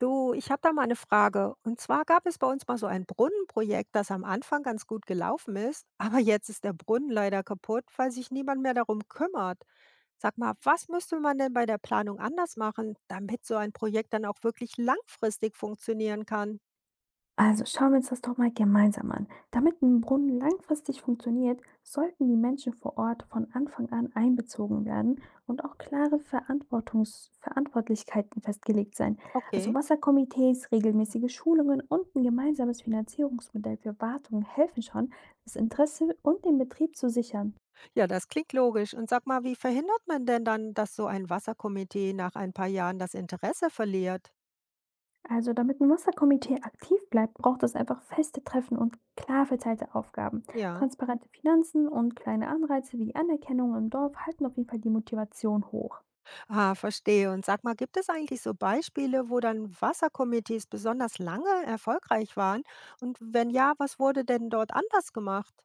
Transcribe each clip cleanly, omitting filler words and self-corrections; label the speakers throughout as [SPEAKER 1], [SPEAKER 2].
[SPEAKER 1] Du, ich habe da mal eine Frage. Und zwar gab es bei uns mal so ein Brunnenprojekt, das am Anfang ganz gut gelaufen ist, aber jetzt ist der Brunnen leider kaputt, weil sich niemand mehr darum kümmert. Sag mal, was müsste man denn bei der Planung anders machen, damit so ein Projekt dann auch wirklich langfristig funktionieren kann?
[SPEAKER 2] Also schauen wir uns das doch mal gemeinsam an. Damit ein Brunnen langfristig funktioniert, sollten die Menschen vor Ort von Anfang an einbezogen werden und auch klare Verantwortungs Verantwortlichkeiten festgelegt sein. Also
[SPEAKER 1] Okay,
[SPEAKER 2] Wasserkomitees, regelmäßige Schulungen und ein gemeinsames Finanzierungsmodell für Wartung helfen schon, das Interesse und den Betrieb zu sichern.
[SPEAKER 1] ja, das klingt logisch. Und sag mal, wie verhindert man denn dann, dass so ein Wasserkomitee nach ein paar Jahren das Interesse verliert?
[SPEAKER 2] Also, damit ein Wasserkomitee aktiv bleibt, braucht es einfach feste Treffen und klar verteilte Aufgaben.
[SPEAKER 1] Ja.
[SPEAKER 2] Transparente Finanzen und kleine Anreize wie Anerkennung im Dorf halten auf jeden Fall die Motivation hoch.
[SPEAKER 1] Ah, verstehe. Und sag mal, gibt es eigentlich so Beispiele, wo dann Wasserkomitees besonders lange erfolgreich waren? Und wenn ja, was wurde denn dort anders gemacht?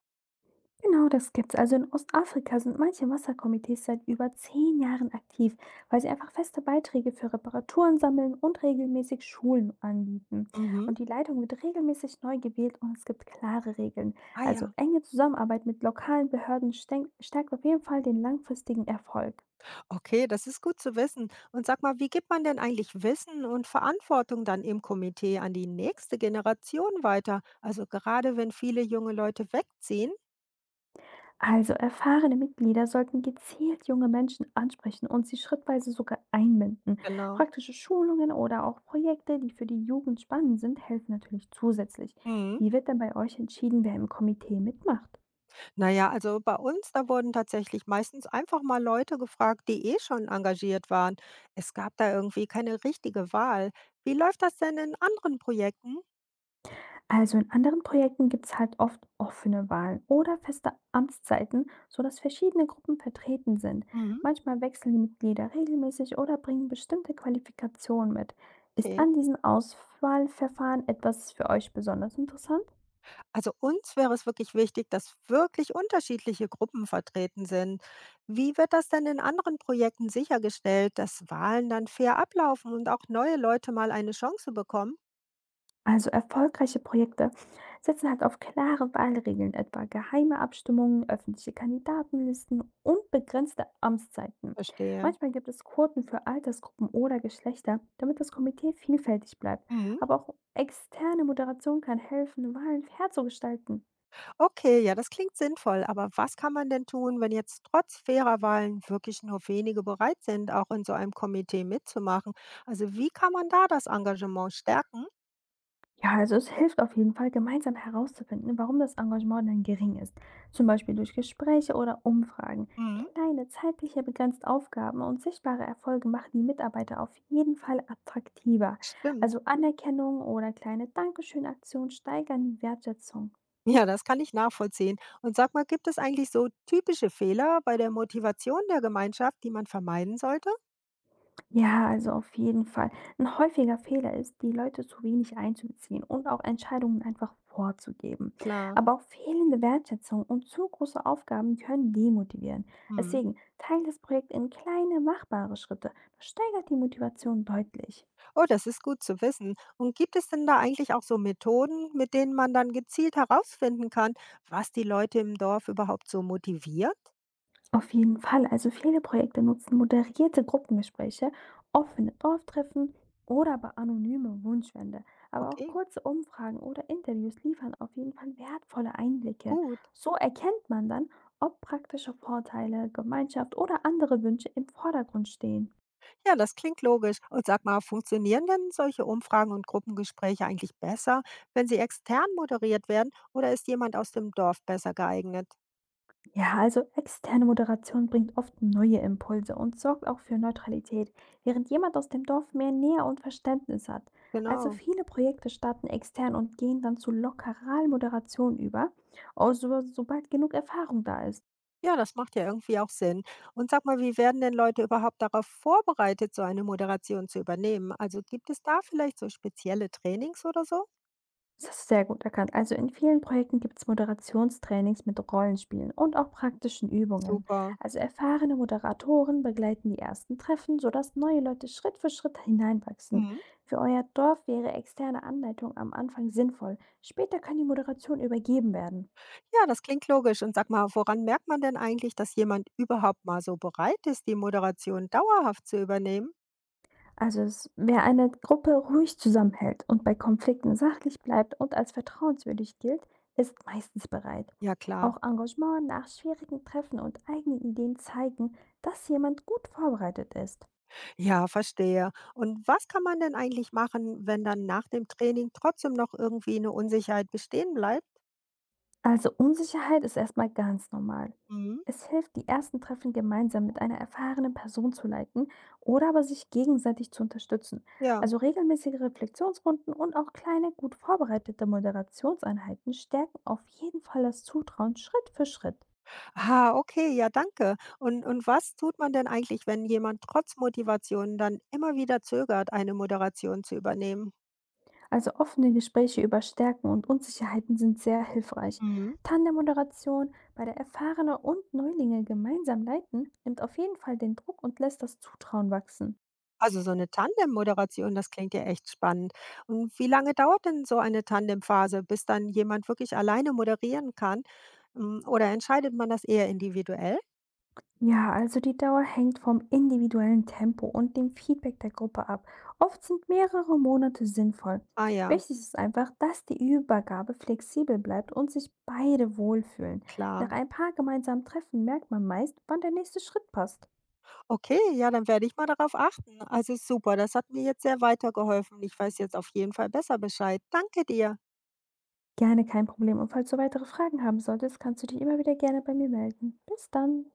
[SPEAKER 2] Genau, das gibt's. Also, in Ostafrika sind manche Wasserkomitees seit über 10 Jahren aktiv, weil sie einfach feste Beiträge für Reparaturen sammeln und regelmäßig Schulen anbieten.
[SPEAKER 1] Mhm.
[SPEAKER 2] Und die Leitung wird regelmäßig neu gewählt und es gibt klare Regeln.
[SPEAKER 1] Ah
[SPEAKER 2] Also,
[SPEAKER 1] ja,
[SPEAKER 2] enge Zusammenarbeit mit lokalen Behörden stenk stärkt auf jeden Fall den langfristigen Erfolg.
[SPEAKER 1] okay, das ist gut zu wissen. Und sag mal, wie gibt man denn eigentlich Wissen und Verantwortung dann im Komitee an die nächste Generation weiter? Also gerade wenn viele junge Leute wegziehen.
[SPEAKER 2] Also erfahrene Mitglieder sollten gezielt junge Menschen ansprechen und sie schrittweise sogar einbinden.
[SPEAKER 1] Genau.
[SPEAKER 2] Praktische Schulungen oder auch Projekte, die für die Jugend spannend sind, helfen natürlich zusätzlich.
[SPEAKER 1] Mhm.
[SPEAKER 2] Wie wird denn bei euch entschieden, wer im Komitee mitmacht?
[SPEAKER 1] Naja, also bei uns, da wurden tatsächlich meistens einfach mal Leute gefragt, die eh schon engagiert waren. Es gab da irgendwie keine richtige Wahl. Wie läuft das denn in anderen Projekten?
[SPEAKER 2] Also in anderen Projekten gibt es halt oft offene Wahlen oder feste Amtszeiten, sodass verschiedene Gruppen vertreten sind.
[SPEAKER 1] Mhm.
[SPEAKER 2] Manchmal wechseln die Mitglieder regelmäßig oder bringen bestimmte Qualifikationen mit. Ist
[SPEAKER 1] Okay.
[SPEAKER 2] an diesen Auswahlverfahren etwas für euch besonders interessant?
[SPEAKER 1] Also uns wäre es wirklich wichtig, dass wirklich unterschiedliche Gruppen vertreten sind. Wie wird das denn in anderen Projekten sichergestellt, dass Wahlen dann fair ablaufen und auch neue Leute mal eine Chance bekommen?
[SPEAKER 2] Also erfolgreiche Projekte setzen halt auf klare Wahlregeln, etwa geheime Abstimmungen, öffentliche Kandidatenlisten und begrenzte Amtszeiten.
[SPEAKER 1] Verstehe.
[SPEAKER 2] Manchmal gibt es Quoten für Altersgruppen oder Geschlechter, damit das Komitee vielfältig bleibt.
[SPEAKER 1] Mhm.
[SPEAKER 2] Aber auch externe Moderation kann helfen, Wahlen fair zu gestalten.
[SPEAKER 1] Okay, ja, das klingt sinnvoll, aber was kann man denn tun, wenn jetzt trotz fairer Wahlen wirklich nur wenige bereit sind, auch in so einem Komitee mitzumachen? Also wie kann man da das Engagement stärken?
[SPEAKER 2] Ja, also es hilft auf jeden Fall, gemeinsam herauszufinden, warum das Engagement dann gering ist. Zum Beispiel durch Gespräche oder Umfragen.
[SPEAKER 1] Mhm.
[SPEAKER 2] Kleine, zeitlich ja begrenzte Aufgaben und sichtbare Erfolge machen die Mitarbeiter auf jeden Fall attraktiver.
[SPEAKER 1] Stimmt.
[SPEAKER 2] Also Anerkennung oder kleine Dankeschön-Aktionen steigern die Wertschätzung.
[SPEAKER 1] Ja, das kann ich nachvollziehen. Und sag mal, gibt es eigentlich so typische Fehler bei der Motivation der Gemeinschaft, die man vermeiden sollte?
[SPEAKER 2] Ja, also auf jeden Fall. Ein häufiger Fehler ist, die Leute zu wenig einzubeziehen und auch Entscheidungen einfach vorzugeben.
[SPEAKER 1] Klar.
[SPEAKER 2] Aber auch fehlende Wertschätzung und zu große Aufgaben können demotivieren.
[SPEAKER 1] Mhm.
[SPEAKER 2] Deswegen, teile das Projekt in kleine, machbare Schritte. Das steigert die Motivation deutlich.
[SPEAKER 1] Oh, das ist gut zu wissen. Und gibt es denn da eigentlich auch so Methoden, mit denen man dann gezielt herausfinden kann, was die Leute im Dorf überhaupt so motiviert?
[SPEAKER 2] Auf jeden Fall. Also viele Projekte nutzen moderierte Gruppengespräche, offene Dorftreffen oder aber anonyme Wunschwände. Aber auch
[SPEAKER 1] Okay,
[SPEAKER 2] kurze Umfragen oder Interviews liefern auf jeden Fall wertvolle Einblicke.
[SPEAKER 1] gut.
[SPEAKER 2] So erkennt man dann, ob praktische Vorteile, Gemeinschaft oder andere Wünsche im Vordergrund stehen.
[SPEAKER 1] Ja, das klingt logisch. Und sag mal, funktionieren denn solche Umfragen und Gruppengespräche eigentlich besser, wenn sie extern moderiert werden oder ist jemand aus dem Dorf besser geeignet?
[SPEAKER 2] Ja, also externe Moderation bringt oft neue Impulse und sorgt auch für Neutralität, während jemand aus dem Dorf mehr Nähe und Verständnis hat. Also
[SPEAKER 1] Genau.
[SPEAKER 2] viele Projekte starten extern und gehen dann zu Lokalmoderation über, also sobald genug Erfahrung da ist.
[SPEAKER 1] Ja, das macht ja irgendwie auch Sinn. Und sag mal, wie werden denn Leute überhaupt darauf vorbereitet, so eine Moderation zu übernehmen? Also gibt es da vielleicht so spezielle Trainings oder so?
[SPEAKER 2] Das ist sehr gut erkannt. Also in vielen Projekten gibt es Moderationstrainings mit Rollenspielen und auch praktischen Übungen.
[SPEAKER 1] Super.
[SPEAKER 2] Also erfahrene Moderatoren begleiten die ersten Treffen, sodass neue Leute Schritt für Schritt hineinwachsen.
[SPEAKER 1] Mhm.
[SPEAKER 2] Für euer Dorf wäre externe Anleitung am Anfang sinnvoll. Später kann die Moderation übergeben werden.
[SPEAKER 1] Ja, das klingt logisch. Und sag mal, woran merkt man denn eigentlich, dass jemand überhaupt mal so bereit ist, die Moderation dauerhaft zu übernehmen?
[SPEAKER 2] Wer eine Gruppe ruhig zusammenhält und bei Konflikten sachlich bleibt und als vertrauenswürdig gilt, ist meistens bereit.
[SPEAKER 1] Ja, klar.
[SPEAKER 2] Auch Engagement nach schwierigen Treffen und eigene Ideen zeigen, dass jemand gut vorbereitet ist.
[SPEAKER 1] Ja, verstehe. Und was kann man denn eigentlich machen, wenn dann nach dem Training trotzdem noch irgendwie eine Unsicherheit bestehen bleibt?
[SPEAKER 2] Also Unsicherheit ist erstmal ganz normal.
[SPEAKER 1] Mhm.
[SPEAKER 2] Es hilft, die ersten Treffen gemeinsam mit einer erfahrenen Person zu leiten oder aber sich gegenseitig zu unterstützen.
[SPEAKER 1] Ja.
[SPEAKER 2] Also regelmäßige Reflexionsrunden und auch kleine, gut vorbereitete Moderationseinheiten stärken auf jeden Fall das Zutrauen Schritt für Schritt.
[SPEAKER 1] Ah, okay, ja, danke. Und was tut man denn eigentlich, wenn jemand trotz Motivation dann immer wieder zögert, eine Moderation zu übernehmen?
[SPEAKER 2] Also offene Gespräche über Stärken und Unsicherheiten sind sehr hilfreich.
[SPEAKER 1] Mhm.
[SPEAKER 2] Tandemmoderation, bei der erfahrene und Neulinge gemeinsam leiten, nimmt auf jeden Fall den Druck und lässt das Zutrauen wachsen.
[SPEAKER 1] Also, so eine Tandem-Moderation, das klingt ja echt spannend. Und wie lange dauert denn so eine Tandem-Phase, bis dann jemand wirklich alleine moderieren kann? Hm, oder entscheidet man das eher individuell?
[SPEAKER 2] Ja, also die Dauer hängt vom individuellen Tempo und dem Feedback der Gruppe ab. Oft sind mehrere Monate sinnvoll.
[SPEAKER 1] Ah ja,
[SPEAKER 2] Wichtig ist einfach, dass die Übergabe flexibel bleibt und sich beide wohlfühlen. Nach
[SPEAKER 1] klar.
[SPEAKER 2] ein paar gemeinsamen Treffen merkt man meist, wann der nächste Schritt passt.
[SPEAKER 1] Okay, ja, dann werde ich mal darauf achten. Also super, das hat mir jetzt sehr weitergeholfen. Ich weiß jetzt auf jeden Fall besser Bescheid. Danke dir.
[SPEAKER 2] Gerne, kein Problem. Und falls du weitere Fragen haben solltest, kannst du dich immer wieder gerne bei mir melden. Bis dann.